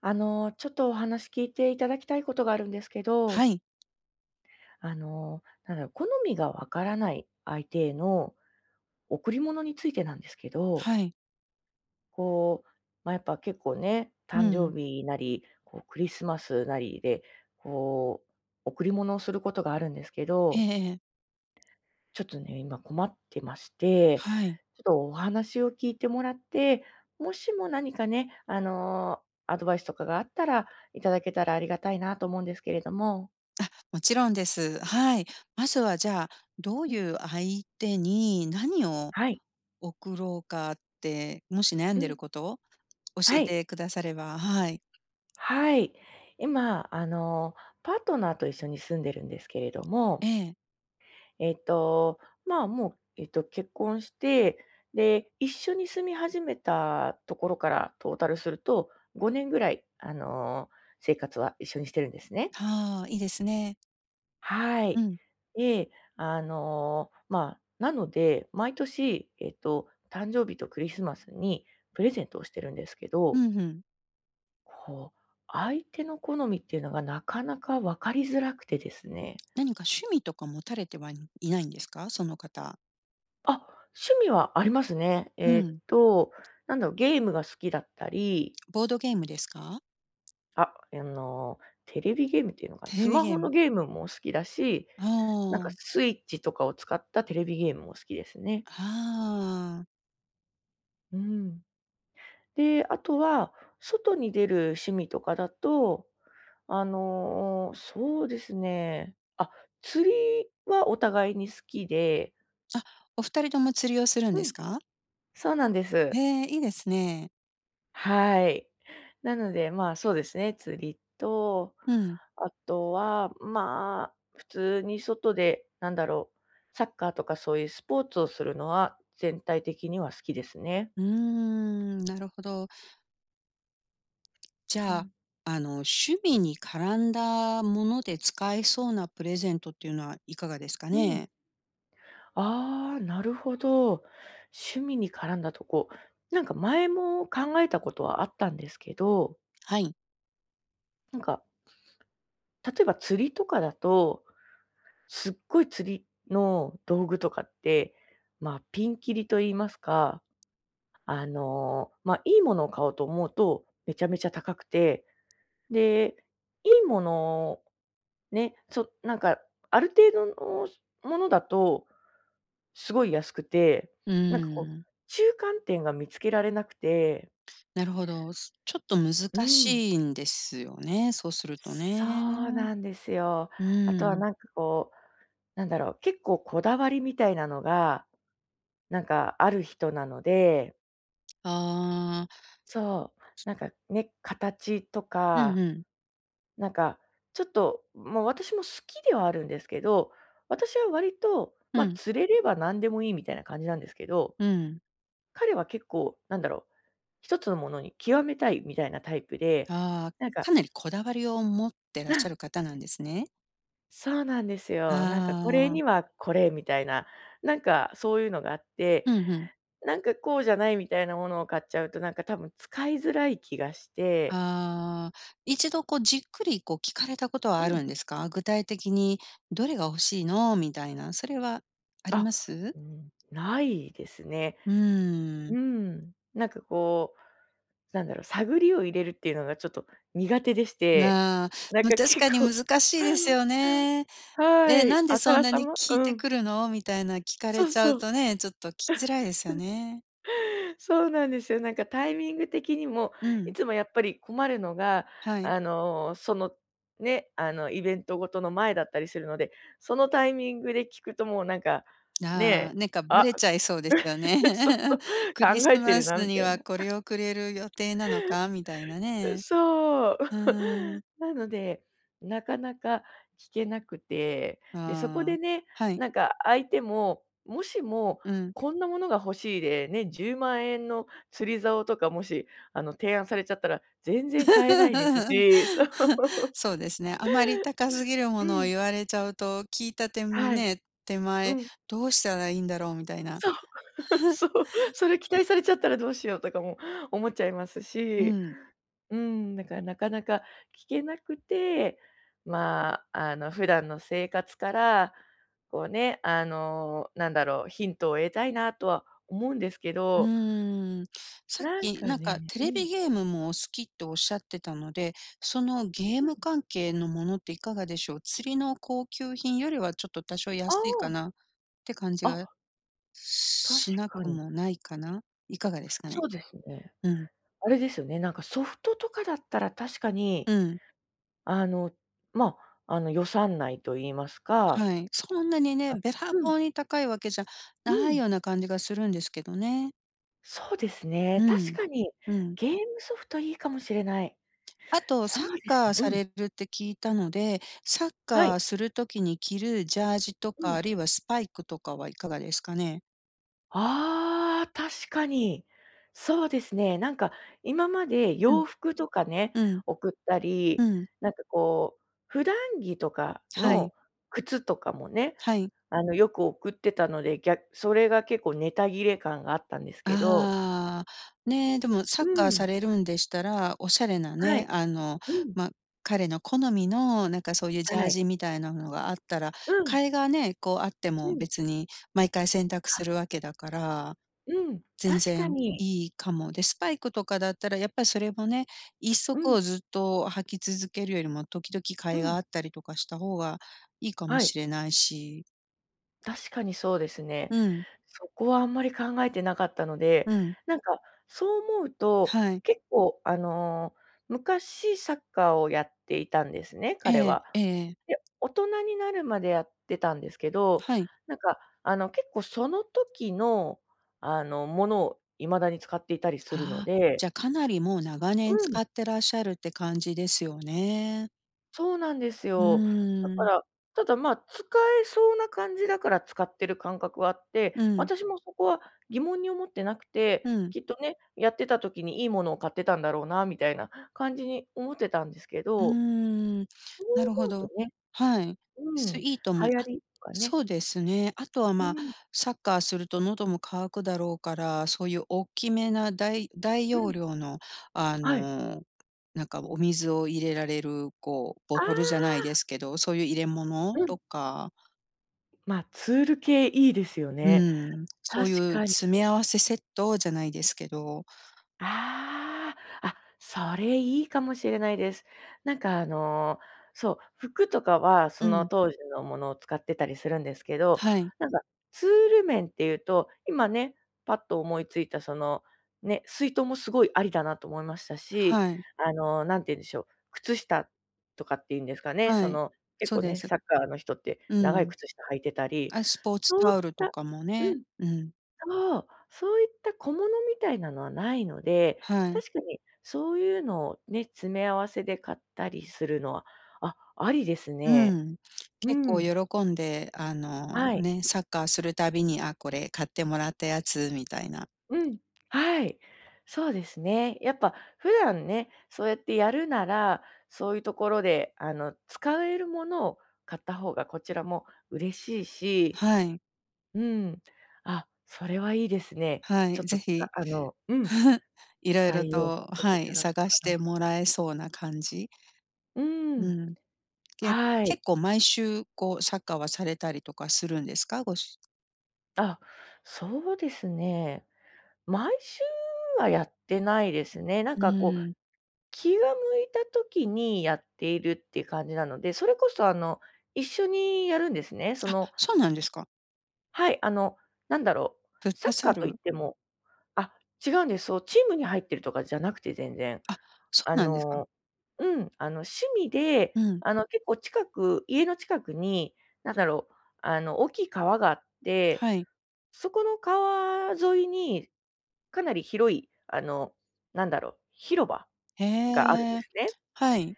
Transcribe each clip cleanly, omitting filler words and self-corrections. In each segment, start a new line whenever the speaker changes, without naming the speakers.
ちょっとお話聞いていただきたいことがあるんですけ
は
ど、
い、
好みがわからない相手への贈り物についてなんですけど、
はい。
こう、まあ、やっぱ結構ね、
う
誕
ん。
生日なり、こうクリスマスなりで、こう、贈り物をすることがあるんですけ
え
ど、
えええ。
ちょっとね、今困ってまして、
はい。
ちょっとお話を聞いてもらって、もしも何かね、アドバイスとかがあったら、いただけたらありがたいなと思うんですけれども。
もちろんです。はい。まずはじゃあ、どう
う
い
ん。
う相手に何を
はい。
送ろうかって、もし悩ん
う
でる
ん。
ことを教
は
え
い。
てくださればはい。
はい。今、パートナーと一緒に住んでるんですけれども、
ええ。
えっと、まあ、もう、結婚して、で、一緒に住み始めたところからトータルすると、5年ぐらい、生活は一緒にしてるんですね。
はあ、いいですね。
は
う
い。
ん。
で、まあ、なので、毎年、誕生日とクリスマスにプレゼントをしてるんですけ
う
ど
んうん。
こう、相手の好みっていうのがなかなか分かりづらくてですね。
何か趣味とか持たれてはないんですか？その方。
あ、趣味はありますね。
うん。
なんだろう、ゲームが好きだったり、
ボードゲームですか？
あ、あの、テレビゲームっていうのかな、
テ
ス
レビ
マ
ゲ
ホ
ー
の
ム。
ゲームも好きだし、
あ
なんか
あ。
スイッチとかを使ったテレビゲームも好きですね。
ああ。
うん。で、あとは、外に出る趣味とかだと、そうですね。あ、釣りはお互いに好きで、
あ、お二人とも釣りをするん
う
で
ん。
すか？
そうなんです。
ええ、いいですね。
はい。なので、まあ、そうですね、釣りと、
うん。
あとは、まあ、普通に外で、なんだろう、サッカーとかそういうスポーツをするのは、全体的には好きですね。
うーん、なるほど。じ
う
ゃあ、
ん。
趣味に絡んだもので使えそうなプレゼントっていうのはいかがですか
うん。
ね？
ああ、なるほど。趣味に絡んだとこ、なんか前も考えたことはあったんですけど、
はい。
なんか、例えば釣りとかだとすっごい釣りの道具とかって、まあ、ピンキリと言いますか、まあ、いいものを買おうと思うと、めちゃめちゃ高くて、で、いいもの、ね、そなんか、ある程度のものだと、すごい安くて、
うー
なんかこう、
ん、
中間点が見つけられなくて
なるほど。すちょっと難
うん。
しいんですよね、そうすると
そ
ね。
うなんですよ。
う
あとは
ーん。
なんかこう、なんだろう、結構こだわりみたいなのが、なんかある人なので
ああ、
そう、なんかね、形と
うん
か、
うん。
なんかちょっと、もう私も好きではあるんですけど、私は割と、ま、
う
あ
ん、
釣れれば何でもいいみたいな感じなんですけど、
うん。
彼は結構なんだろう、一つのものに極めたいみたいなタイプで、
ああ、
なんか
かなりこだわりを持ってら
う
っしゃ
ん、
る方なんですね。
そうなんです
あ
よ。なんかこれに
あ、
はこれみたいな、なんかそういうのがあって、
うんうん。
なんかこうじゃないみたいなものを買っちゃうと、なんか多分使いづらい気がして
ああ、一度こうじっくりこう聞かれたことは
う
あ
ん。
るんですか？具体的にどれが欲しいのみたいな、それはあり
あ、
ます？
うん、ないですね。
うーん。
うん。なんかこう、なんだろう、探りを入れるっていうのがちょっと苦手でして、
ああ、
なん
ま、
か
確
結
かに
構
難しいです よね。
は
え、な
い、
んで
あか
そん
ら
な
さ
に
ま
聞い
う
て
ん。
くるのみたいな聞か
そ
れ
う
ちゃう
そう。
とね、ちょっと聞きづらいですよね。
そうなんですよ。なんかタイミング的にも、
う
い
ん、
つもやっぱり困るのが、
はい。
あの、その、ね、イベントごとの前だったりするので、そのタイミングで聞くともうなんか、ね
ああ、
え、
なんかバ
あ、
レちゃいそうですよね。
そうそう、
クリス
考えて
マ
る
ス
なみ
に
たい
は
な。
これをくれる予定なのかみたいなね。
そう。
うーん、
なので、なかなか聞けなくて、で、そこ
あ
で
あ、
ね、
はい。
なんか相手も、もしも
うん。
こんなものが欲しいで、ね、10万円の釣り竿とかもし、提案されちゃったら全然買えないです し、そう。
そうですね。あまり高すぎる
う
ものを
ん。
言われちゃうと、聞いた手
はい。
ね、手
う
前、
ん。
どうしたらいいんだろうみたいな。
そう、そう。それ期待されちゃったらどうしようとかも思っちゃいます
う
し。
ん。
うん、だからなかなか聞けなくて、まあ、普段の生活から、こうね、なんだろう、ヒントを得たいなとは思うんですけ
う
ど、
ーん。さっ
なん
き
か
なんか
ね
テ
う
レ
ん、
ビゲームもお好きっておっしゃってたので、そのゲー
うん。
ム関係のものっていかがでしょう？釣りの高級品よりはちょっと多少安いか
あ
なって感じ
あ、あ、
が
確
しな
か
く
に。
もないかな？いかがですか
そ
ね？
うですね。
うん。
あれですよね、なんかソフトとかだったら確かに、
うん。
あの、まあ、予算内と言いますか、
はい。そんなにね、
あ
べら
うん、
ぼうに高いわけじゃ
う
ない
ん、
ような感じがするんですけどね。
そうですね、
う
確
ん。
かに
うん。
ゲームソフトいいかもしれない。
あと、
そ
サッ
うです
カー
ね。
さ
うん。
れるって聞いたので、サッ
は
カ
い。
ーする時に着るジャージと
う
か、
ん。
あるいはスパイクとかはいかがですかね？
ああ、確かに。そうですね。なんか今まで
うん、
洋服とかね、
うん、
送ったり、
うん。
なんかこう、普段着とか
は
の
い、
靴とかもね、
はい。
よく送ってたので、逆それが結構ネタ切れ感があったんですけど。
ああ、ねえ、でもサ
う
ッカー
ん。
されるんでしたら、おしゃれな
は
ね、
い。うん。
ま、彼の好みの、なんかそういうジャ
は
ー
い。
ジみたいなのがあったら、
うん。
替えがね、こうあって
う
も
ん。
別に毎回洗濯
あ、
するわけだから、
うん。
全
確か
然
に。
いいかも。で、スパイクとかだったらやっぱりそれもね、一
う
足
ん、
をずっと履き続けるよりも、時々
う
替えが
ん。
あったりとかした方がいいかも
はい。
しれないし。
確かにそうですね。
うん、
そこはあんまり考えてなかったので、
うん、
なんか、そう思うと、
はい。
結構、昔サッカーをやっていたんですね、彼
ええ、
は。
ええ、
で、大人になるまでやってたんですけど、
はい。
なんか、結構その時の、ものを未だに使っていたりするの
ああ、
で
じゃ、かなりもう長年
うん。
使ってらっしゃるって感じですよね。
そうなんです
う
よ。だ
ー
から、
ん。
ただ、まあ、使えそうな感じだから使ってる感覚はあって、
うん、
私もそこは疑問に思ってなくて、
うん、
きっとね、やってた時にいいものを買ってたんだろうなみたいな感じに思ってたんですけ
うー
ど、
ん。
そう
なるほ
思うと
ど。
ね、
はい。
うん、
すと思いあ、
流行りとかね、
そうですね。あとは、
う
まあ、
ん、
サッカーすると喉も渇くだろうから、そういう大きめな大
う
容
ん、
量の、あ
はい。
の、なんかお水を入れられる、こう、ボ
あ
トルじゃない
あ、
ですけど、そういう入れ物
うん、
とか
まあ、ツール系いいですよ
う
ね。
ん、そう
確
いう
かに。
詰め合わせセットじゃないですけど、
ああ、あ、それいいかもしれないです。なんかあの、そう、服とかはそ
う
の
ん、
当時のものを使ってたりするんですけど、
はい、
なんかツール面っていうと、今ね、パッと思いついたその、ね、水筒もすごいありだなと思いましたし、
はい、
なんて言うんでしょう、靴下とかっていうんですかね、
は
そ
い、
の結
そう
構
で
ね、
す。
サッカーの人って
う
長い
ん。
靴下履いてたり、
あ、スポーツ
そう
タ
いっ
オルと
た
かも
う
ね、
ん。
うん、
そう、そういった小物みたいなのはないので、
はい、
確かにそういうのをね、詰め合わせで買ったりするのは、あ、ありです
う
ね。
ん。
う
結構
ん。
喜んで、
はい。
ね、サッカーするたびに、あ、これ買ってもらったやつみたいな。
うん。はい。そうですね。やっぱ普段ね、そうやってやるなら、そういうところで、使えるものを買った方がこちらも嬉しいし、
はい、
うん。あ、それはいいですね。
はい、
ちょっと
ぜひ、
うん、
いろいろ
採用さ
と、
せて
は
いた
い、
だこう
探し
かな。
てもらえそうな感じ。
う
う
ん。
ん。け
はい。
結構毎週こうサッカーはされたりとかするんですか？ご主
あ、そうですね。毎週はやってないですね。なん
う
かこう、
ーん。
気が向いた時にやっているっていう感じなので、それこそ一緒にやるんですね。そ
あ、
の、
そうなんですか。
はい、なんだろう、
フッ
サッ
ト
カ
サ
ーといっ
ル？
ても、あ、違うんです。そう、チームに入ってるとかじゃなくて全然。
あ、そ
あ
うなんですか。
の、うん、趣味で、
うん、
結構近く、家の近くに、なんだろう、大きい川があって、
はい。
そこの川沿いに、かなり広い、なんだろう、広場
へ
があるんで
え、
すね。
はい。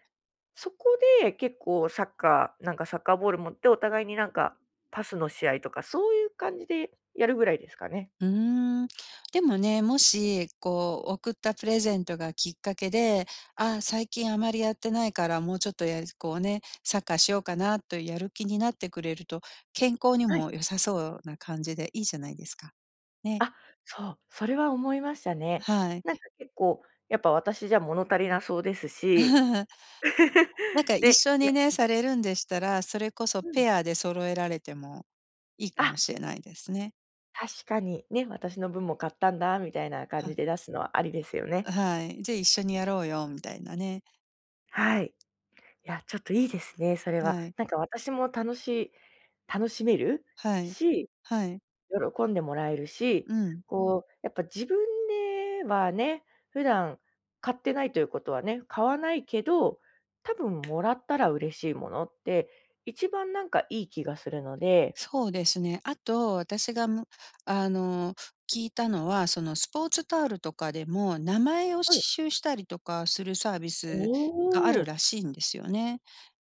そこで結構サッカーなんかサッカーボール持ってお互いになんか、パスの試合とかそういう感じでやるぐらいですかね。
うーん。でもね、もし、こう、贈ったプレゼントがきっかけで、ああ、最近あまりやってないから、もうちょっとやね、サッカーしようかなとやる気になってくれると、健康に
はい。
も良さそうな感じでいいじゃないですか。ね、
あ、そう、それは思いましたね。
はい。
なんか結構、やっぱ私じゃ物足りなそうですし。
なん か一
で
緒にね、されるんでしたら、それこそ
うん。
ペアで揃えられてもいいか
あ、
もしれないですね。
確かにね、私の分も買ったんだみたいな感じで
は、
出すのはありですよね。
はい。じゃあ、一緒にやろうよみたいなね。
はい。いや、ちょっといいですね、それは。
はい。
なんか私も楽し楽しめる
はい。
し、
はい。
喜んでもらえるし、
うん。
こう、やっぱ自分ではね、普段買ってないということはね、買わないけど、多分もらったら嬉しいものって、一番なんかいい気がするので
そうですね。あと、私がむあの、聞いたのは、そのスポーツタオルとかでも、名前を刺
はい。
繍したりとかするサービスがあ
お
る
お、
らしいんですよね。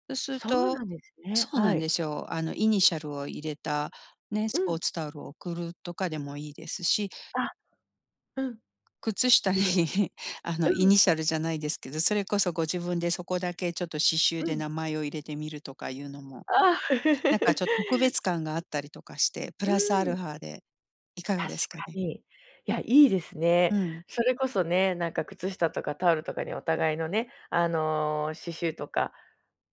そうする
そう
と
なんですね。
そうな
は
ん
い。
ですよ。イニシャルを入れたね、
う
スポー
ん。
ツタオルを送るとかでもいいですし
あ、うん、
靴下に
いいで す。
イ
うん、
ニシャルじゃないですけど、それこそご自分でそこだけちょっと刺繍
う
で
ん。
名前を入れてみるとかいうのも、
ああ。
なんかちょっと 特別感があったりとかして、プ
う
ラスア
ん。
ルファでいかが
確
です
か
かね？
に。いや、いいですね。
うん。
それこそね、なんか靴下とかタオルとかにお互いのね、刺繍とか、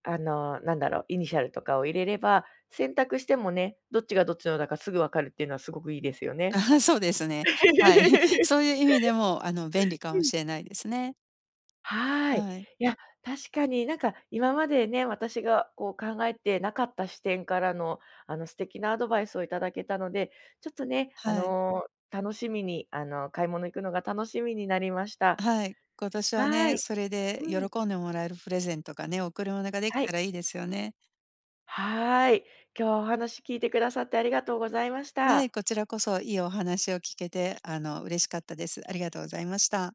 なんだろう、イニシャルとかを入れれば、洗濯してもね、どっちがどっちのだかすぐ分かるっていうのはすごくいいですよね。
そうですね。はい。そういう意味でも、便利かもし れないですね。
はい。
はい。
いや、確かになんか今までね、私がこう考えてなかった視点からの、素敵なアドバイスをいただけたので、ちょっとね、
はい。
楽しみに、買い物行くのが楽しみになりました。
はい。今年は
は
ね、
い。
それで
うん。
喜んでもらえるプレゼントがね、贈り物ができ
は
た
い。
らいいですよね。
はーい。今日はお話聞いてくださってありがとうございまし
はい、
た。
こちらこそいいお話を聞けて、嬉しかったです。ありがとうございました。